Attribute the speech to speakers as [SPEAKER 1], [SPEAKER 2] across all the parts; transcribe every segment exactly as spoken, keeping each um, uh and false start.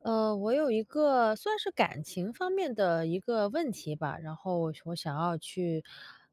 [SPEAKER 1] 呃，我有一个算是感情方面的一个问题吧，然后我想要去，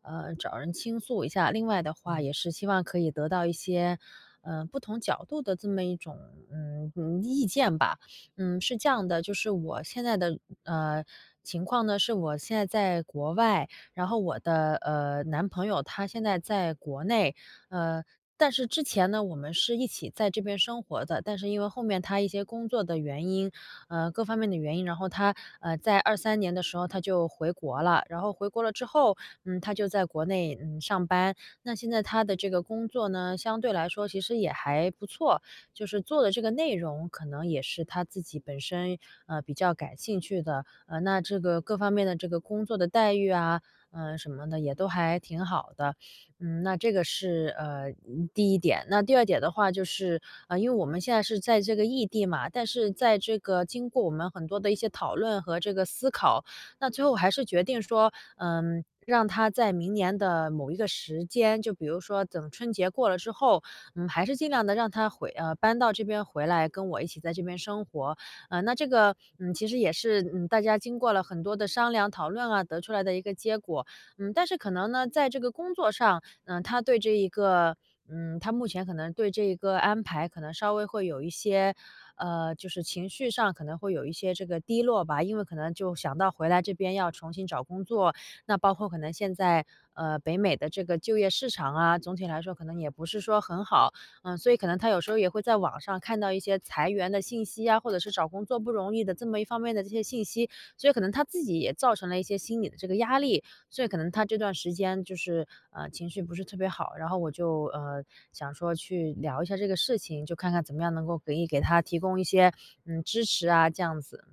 [SPEAKER 1] 呃，找人倾诉一下。另外的话，也
[SPEAKER 2] 嗯，
[SPEAKER 1] 是希望可以得到一些，呃，不同角度的这么一种，嗯嗯，意见吧。嗯，是这样的，就是我现在的呃情况呢，是我现在在国外，然后我的呃男朋友他现在在国内，呃。但是之前呢，我们是一起在这边生活的，但是因为后面他一些工作的原因，呃，各方面的原因，然后他，呃，在二三年的时候他就回国了。然后回国了之后，嗯，他就在国内，嗯，上班。那现在他的这个工作呢，相对来说其实也还不错，就是做的这个内容可能也是他自己本身，呃，比较感兴趣的。呃，那这个各方面的这个工作的待遇啊，嗯，什么的也都还挺好的。嗯，那这个是呃嗯第一点。那第二点的话，就是呃，因为我们现在是在这个异地嘛，但是在这个经过我们很多的一些讨论和这个思考，那最后还是决定说，嗯，让他在明年的某一个时间，就比如说等春节过了之后，嗯，还是尽量的让他回呃搬到这边回来，跟我一起在这边生活。呃，那这个嗯，其实也是嗯，大家经过了很多的商量讨论啊，得出来的一个结果。嗯，但是可能呢，在这个工作上。嗯，他对这一个嗯，他目前可能对这一个安排可能稍微会有一些，呃，就是情绪上可能会有一些这个低落吧，因为可能就想到回来这边要重新找工作，那包括可能现在呃北美的这个就业市场啊，总体来说可能也不是说很好，嗯，所以可能他有时候也会在网上看到一些裁员的信息啊，或者是找工作不容易的这么一方面的这些信息，所以可能他自己也造成了一些心理的这个压力，所以可能他这段时间就是，呃，情绪不是特别好，然后我就，呃，想说去聊一下这个事情，就看看怎么样能够给给他提供一些，嗯，支持啊，这样子。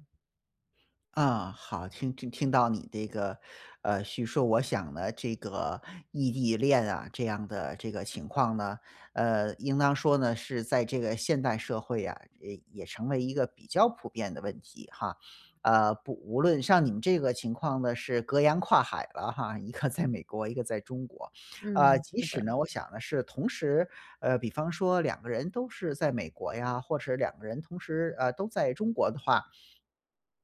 [SPEAKER 2] 啊，好，听听听到你这个，呃，叙述。我想呢，这个异地恋啊，这样的这个情况呢，呃，应当说呢，是在这个现代社会啊，也也成为一个比较普遍的问题哈。呃，不，无论像你们这个情况呢，是隔洋跨海了哈，一个在美国，一个在中国。呃，
[SPEAKER 1] 嗯，
[SPEAKER 2] 即
[SPEAKER 1] 是
[SPEAKER 2] 使
[SPEAKER 1] 的。
[SPEAKER 2] 呢，我想呢是同时，呃，比方说两个人都是在美国呀，或者两个人同时呃都在中国的话，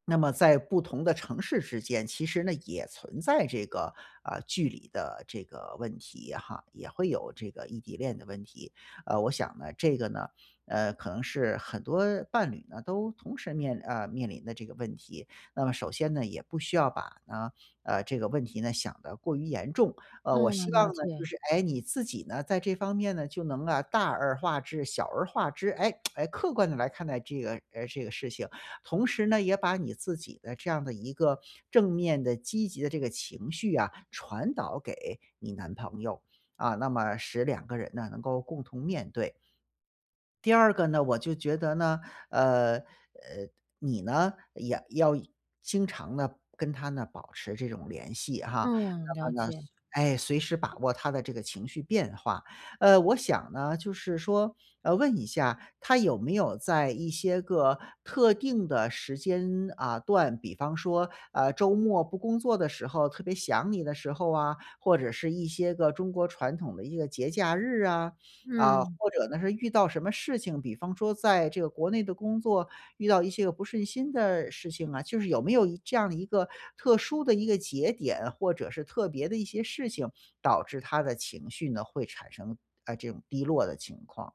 [SPEAKER 2] 那么在不同的城市之间，其实呢也存在这个啊、距离的这个问题哈，也会有这个异地恋的问题。呃，我想呢，这个呢，呃，可能是很多伴侣呢都同时面呃面临的这个问题。那么首先呢，也不需要把呢呃这个问题呢想得过于严重。呃，我
[SPEAKER 1] 嗯，
[SPEAKER 2] 希望
[SPEAKER 1] 了
[SPEAKER 2] 呢，就
[SPEAKER 1] 解。
[SPEAKER 2] 是哎你自己呢在这方面呢就能啊大而化之，小而化之，哎哎客观的来看待这个呃这个事情。同时呢，也把你自己的这样的一个正面的、积极的这个情绪啊，传导给你男朋友。啊，那么使两个人呢能够共同面对。第二个呢，我就觉得呢，呃，呃，你呢，也要经常呢跟他呢保持这种联系哈。
[SPEAKER 1] 嗯，
[SPEAKER 2] 那
[SPEAKER 1] 了
[SPEAKER 2] 么呢，
[SPEAKER 1] 解。
[SPEAKER 2] 哎，随时把握他的这个情绪变化。呃，我想呢，就是说，呃，问一下他有没有在一些个特定的时间啊段，比方说，呃，周末不工作的时候，特别想你的时候啊，或者是一些个中国传统的一个节假日啊，啊，
[SPEAKER 1] 嗯。
[SPEAKER 2] 或者呢是遇到什么事情，比方说在这个国内的工作遇到一些个不顺心的事情啊，就是有没有一这样的一个特殊的一个节点，或者是特别的一些事情，导致他的情绪呢会产生啊、呃这种低落的情况？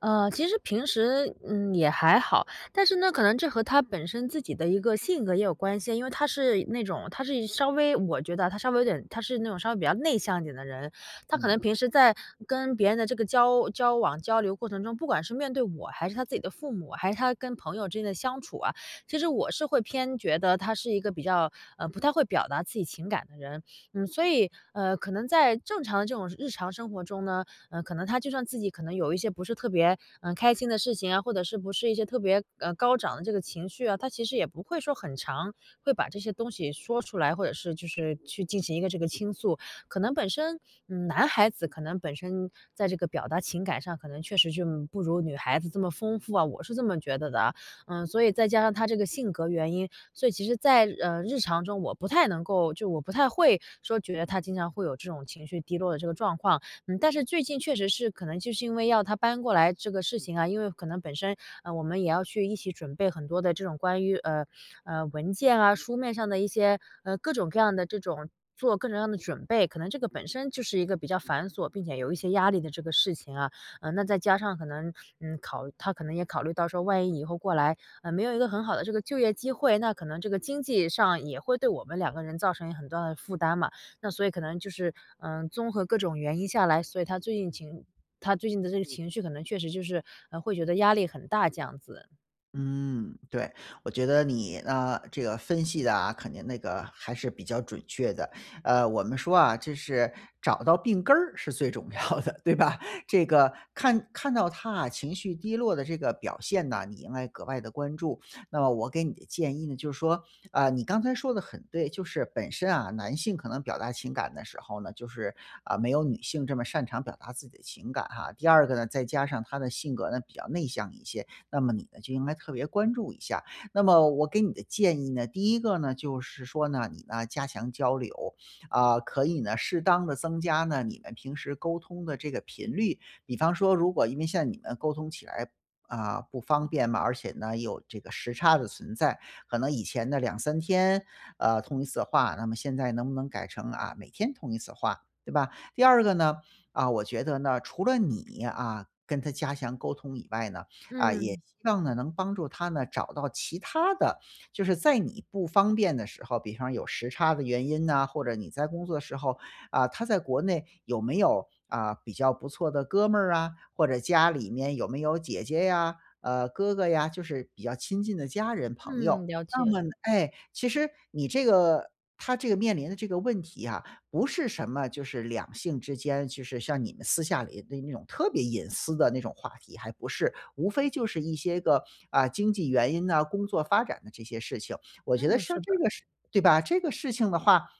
[SPEAKER 1] 呃，其实平时，嗯，也还好，但是呢，可能这和他本身自己的一个性格也有关系。因为他是那种，他是稍微我觉得他稍微有点，他是那种稍微比较内向一点的人。他可能
[SPEAKER 2] 嗯。
[SPEAKER 1] 平时在跟别人的这个交交往交流过程中，不管是面对我，还是他自己的父母，还是他跟朋友之间的相处啊，其实我是会偏觉得他是一个比较，呃，不太会表达自己情感的人。嗯，所以，呃，可能在正常的这种日常生活中呢，嗯，呃可能他就算自己可能有一些不是特别，嗯，呃开心的事情啊，或者是不是一些特别，呃，高涨的这个情绪啊，他其实也不会说很长，会把这些东西说出来，或者是就是去进行一个这个倾诉。可能本身，嗯，男孩子可能本身在这个表达情感上，可能确实就不如女孩子这么丰富啊，我是这么觉得的啊。嗯，所以再加上他这个性格原因，所以其实在，呃，日常中我不太能够就我不太会说觉得他经常会有这种情绪低落的这个状况。嗯，但是最近确实是可能就是因为要他搬过来这个事情啊，因为可能本身，呃，我们也要去一起准备很多的这种关于，呃，呃，文件啊，书面上的一些，呃，各种各样的这种做各种各样的准备，可能这个本身就是一个比较繁琐，并且有一些压力的这个事情啊。呃，那再加上可能，嗯，考他可能也考虑到说，万一以后过来，呃，没有一个很好的这个就业机会，那可能这个经济上也会对我们两个人造成很多的负担嘛。那所以可能就是，嗯，呃综合各种原因下来，所以他最近情他最近的这个嗯情绪可能确实就是，呃，会觉得压力很大这样子。
[SPEAKER 2] 嗯，对，我觉得你呢，这个分析的啊，肯定那个还是比较准确的。呃，我们说啊，就是找到病根儿是最重要的，对吧？这个看看到他啊情绪低落的这个表现呢，你应该格外的关注。那么我给你的建议呢，就是说，啊、你刚才说的很对，就是本身啊，男性可能表达情感的时候呢，就是啊、没有女性这么擅长表达自己的情感哈。第二个呢，再加上他的性格呢比较内向一些，那么你呢，就应该特别关注一下。那么我给你的建议呢，第一个呢，就是说呢，你呢加强交流，啊、可以呢适当的增加呢你们平时沟通的这个频率。比方说，如果因为像你们沟通起来。啊、不方便嘛，而且呢有这个时差的存在，可能以前的两三天呃通一次话，那么现在能不能改成啊每天通一次话，对吧？第二个呢，啊，我觉得呢，除了你啊跟他加强沟通以外呢。啊，也
[SPEAKER 1] 嗯。
[SPEAKER 2] 希望呢能帮助他呢找到其他的，就是在你不方便的时候，比方有时差的原因呐，或者你在工作的时候啊，他在国内有没有啊比较不错的哥们儿啊，或者家里面有没有姐姐呀、呃哥哥呀，就是比较亲近的家人朋友。
[SPEAKER 1] 嗯，了
[SPEAKER 2] 那
[SPEAKER 1] 解。
[SPEAKER 2] 么呢，哎，其实你这个他这个面临的这个问题啊，不是什么就是两性之间，就是像你们私下里的那种特别隐私的那种话题，还不是，无非就是一些个啊经济原因呐、工作发展的这些事情。我觉得
[SPEAKER 1] 嗯，
[SPEAKER 2] 像
[SPEAKER 1] 是
[SPEAKER 2] 这
[SPEAKER 1] 的。
[SPEAKER 2] 个事，对吧？这个事情的话。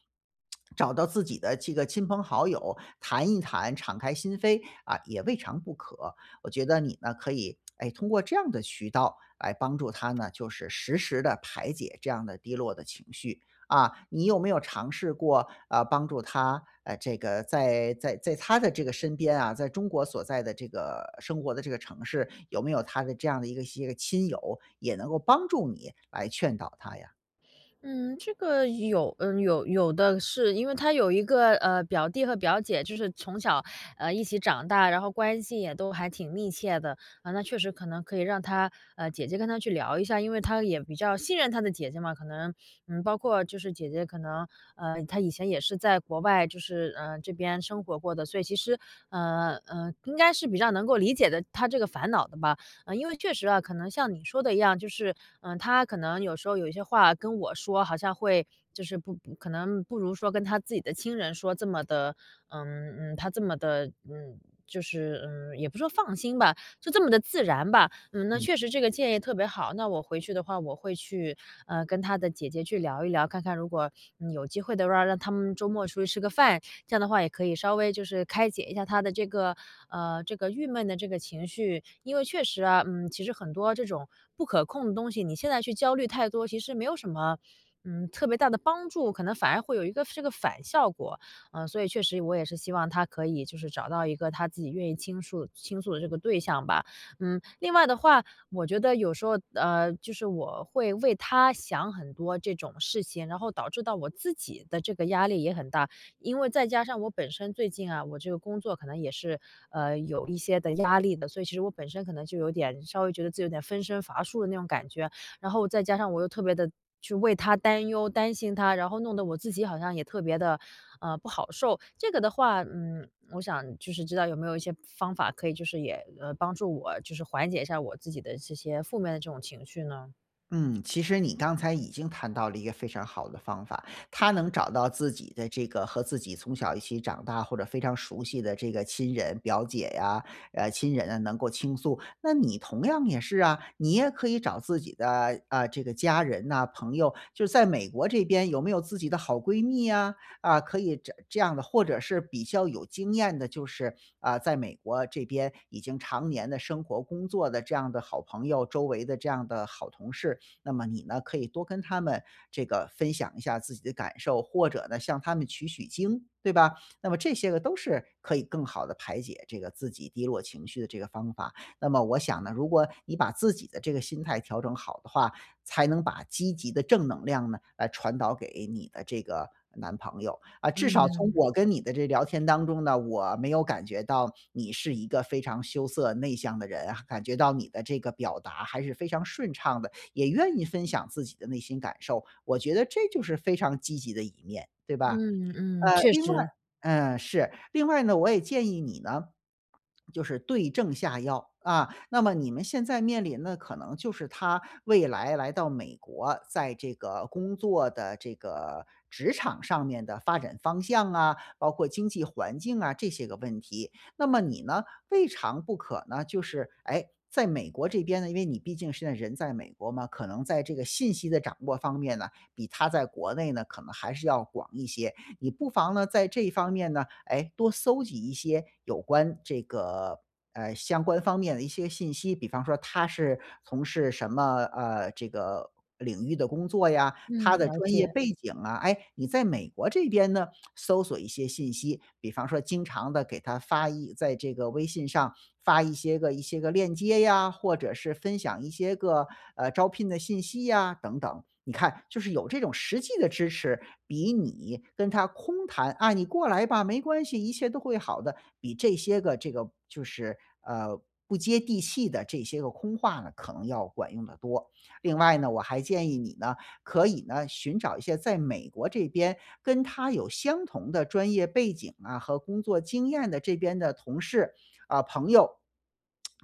[SPEAKER 2] 找到自己的这个亲朋好友谈一谈，敞开心扉啊，也未尝不可。我觉得你呢，可以哎通过这样的渠道来帮助他呢，就是实时的排解这样的低落的情绪。啊，你有没有尝试过，啊帮助他，呃，这个在在在他的这个身边啊，在中国所在的这个生活的这个城市，有没有他的这样的一个一些个亲友，也能够帮助你来劝导他呀？
[SPEAKER 1] 嗯，这个有，嗯，有有的是，因为他有一个呃表弟和表姐，就是从小呃一起长大，然后关系也都还挺密切的啊。那确实可能可以让他呃姐姐跟他去聊一下，因为他也比较信任他的姐姐嘛。可能嗯，包括就是姐姐可能呃她以前也是在国外就是嗯这边生活过的，所以其实呃呃应该是比较能够理解的他这个烦恼的吧。嗯，因为确实啊，可能像你说的一样，就是，嗯，他可能有时候有一些话跟我说，好像会就是不不可能不如说跟他自己的亲人说这么的，嗯嗯，他这么的，嗯，就是嗯，也不说放心吧，就这么的自然吧。嗯，那
[SPEAKER 2] 嗯。
[SPEAKER 1] 确实这个建议特别好。那我回去的话，我会去呃跟他的姐姐去聊一聊，看看如果、嗯有机会的话，让他们周末出去吃个饭，这样的话也可以稍微就是开解一下他的这个，呃，这个郁闷的这个情绪。因为确实啊，嗯，其实很多这种不可控的东西，你现在去焦虑太多，其实没有什么，嗯，特别大的帮助，可能反而会有一个这个反效果。嗯，所以确实我也是希望他可以就是找到一个他自己愿意倾诉倾诉的这个对象吧。嗯，另外的话，我觉得有时候，呃，就是我会为他想很多这种事情，然后导致到我自己的这个压力也很大。因为再加上我本身最近啊，我这个工作可能也是，呃，有一些的压力的，所以其实我本身可能就有点稍微觉得自己有点分身乏术的那种感觉，然后再加上我又特别的去为他担忧、担心他，然后弄得我自己好像也特别的呃，不好受。这个的话，嗯，我想就是知道有没有一些方法可以就是也，呃，帮助我就是缓解一下我自己的这些负面的这种情绪呢？
[SPEAKER 2] 嗯，其实你刚才已经谈到了一个非常好的方法，他能找到自己的这个和自己从小一起长大或者非常熟悉的这个亲人、表姐呀，呃，亲人啊，能够倾诉。那你同样也是啊，你也可以找自己的啊、这个家人呐、朋友，就是在美国这边有没有自己的好闺蜜呀、啊？可以这这样的，或者是比较有经验的，就是啊、在美国这边已经常年的生活工作的这样的好朋友，周围的这样的好同事。那么你呢，可以多跟他们这个分享一下自己的感受，或者呢向他们取取经，对吧？那么这些个都是可以更好的排解这个自己低落情绪的这个方法。那么我想呢，如果你把自己的这个心态调整好的话，才能把积极的正能量呢，来传导给你的这个男朋友。啊，至少从
[SPEAKER 1] 嗯。
[SPEAKER 2] 我跟你的这聊天当中呢，我没有感觉到你是一个非常羞涩内向的人啊，感觉到你的这个表达还是非常顺畅的，也愿意分享自己的内心感受，我觉得这就是非常积极的一面，对吧？
[SPEAKER 1] 嗯嗯，
[SPEAKER 2] 呃，
[SPEAKER 1] 确
[SPEAKER 2] 另外
[SPEAKER 1] 实。
[SPEAKER 2] 嗯，是，另外呢，我也建议你呢，就是对症下药啊。那么你们现在面临的可能就是他未来来到美国，在这个工作的这个职场上面的发展方向啊，包括经济环境啊这些个问题。那么你呢，未尝不可呢，就是哎。在美国这边呢，因为你毕竟现在人在美国嘛，可能在这个信息的掌握方面呢，比他在国内呢可能还是要广一些。你不妨呢在这一方面呢，哎，多搜集一些有关这个呃相关方面的一些信息，比方说他是从事什么呃这个领域的工作呀，他
[SPEAKER 1] 嗯，
[SPEAKER 2] 的
[SPEAKER 1] 了
[SPEAKER 2] 专业
[SPEAKER 1] 解。
[SPEAKER 2] 背景啊，哎，你在美国这边呢搜索一些信息，比方说经常的给他发一在这个微信上发一些个一些个链接呀，或者是分享一些个呃招聘的信息呀等等。你看，就是有这种实际的支持，比你跟他空谈"啊，你过来吧，没关系，一切都会好的"，比这些个这个就是呃不接地气的这些个空话呢，可能要管用的多。另外呢，我还建议你呢，可以呢寻找一些在美国这边跟他有相同的专业背景啊和工作经验的这边的同事啊、朋友。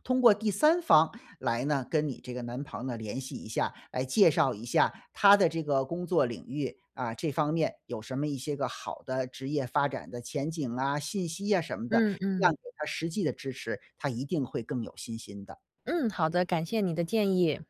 [SPEAKER 2] 通过第三方来呢跟你这个男朋友呢联系一下，来介绍一下他的这个工作领域啊这方面有什么一些个好的职业发展的前景啊、信息啊什么的，
[SPEAKER 1] 嗯
[SPEAKER 2] 这样
[SPEAKER 1] 嗯。
[SPEAKER 2] 给他实际的支持，他一定会更有信心的。
[SPEAKER 1] 嗯，好的，感谢你的建议。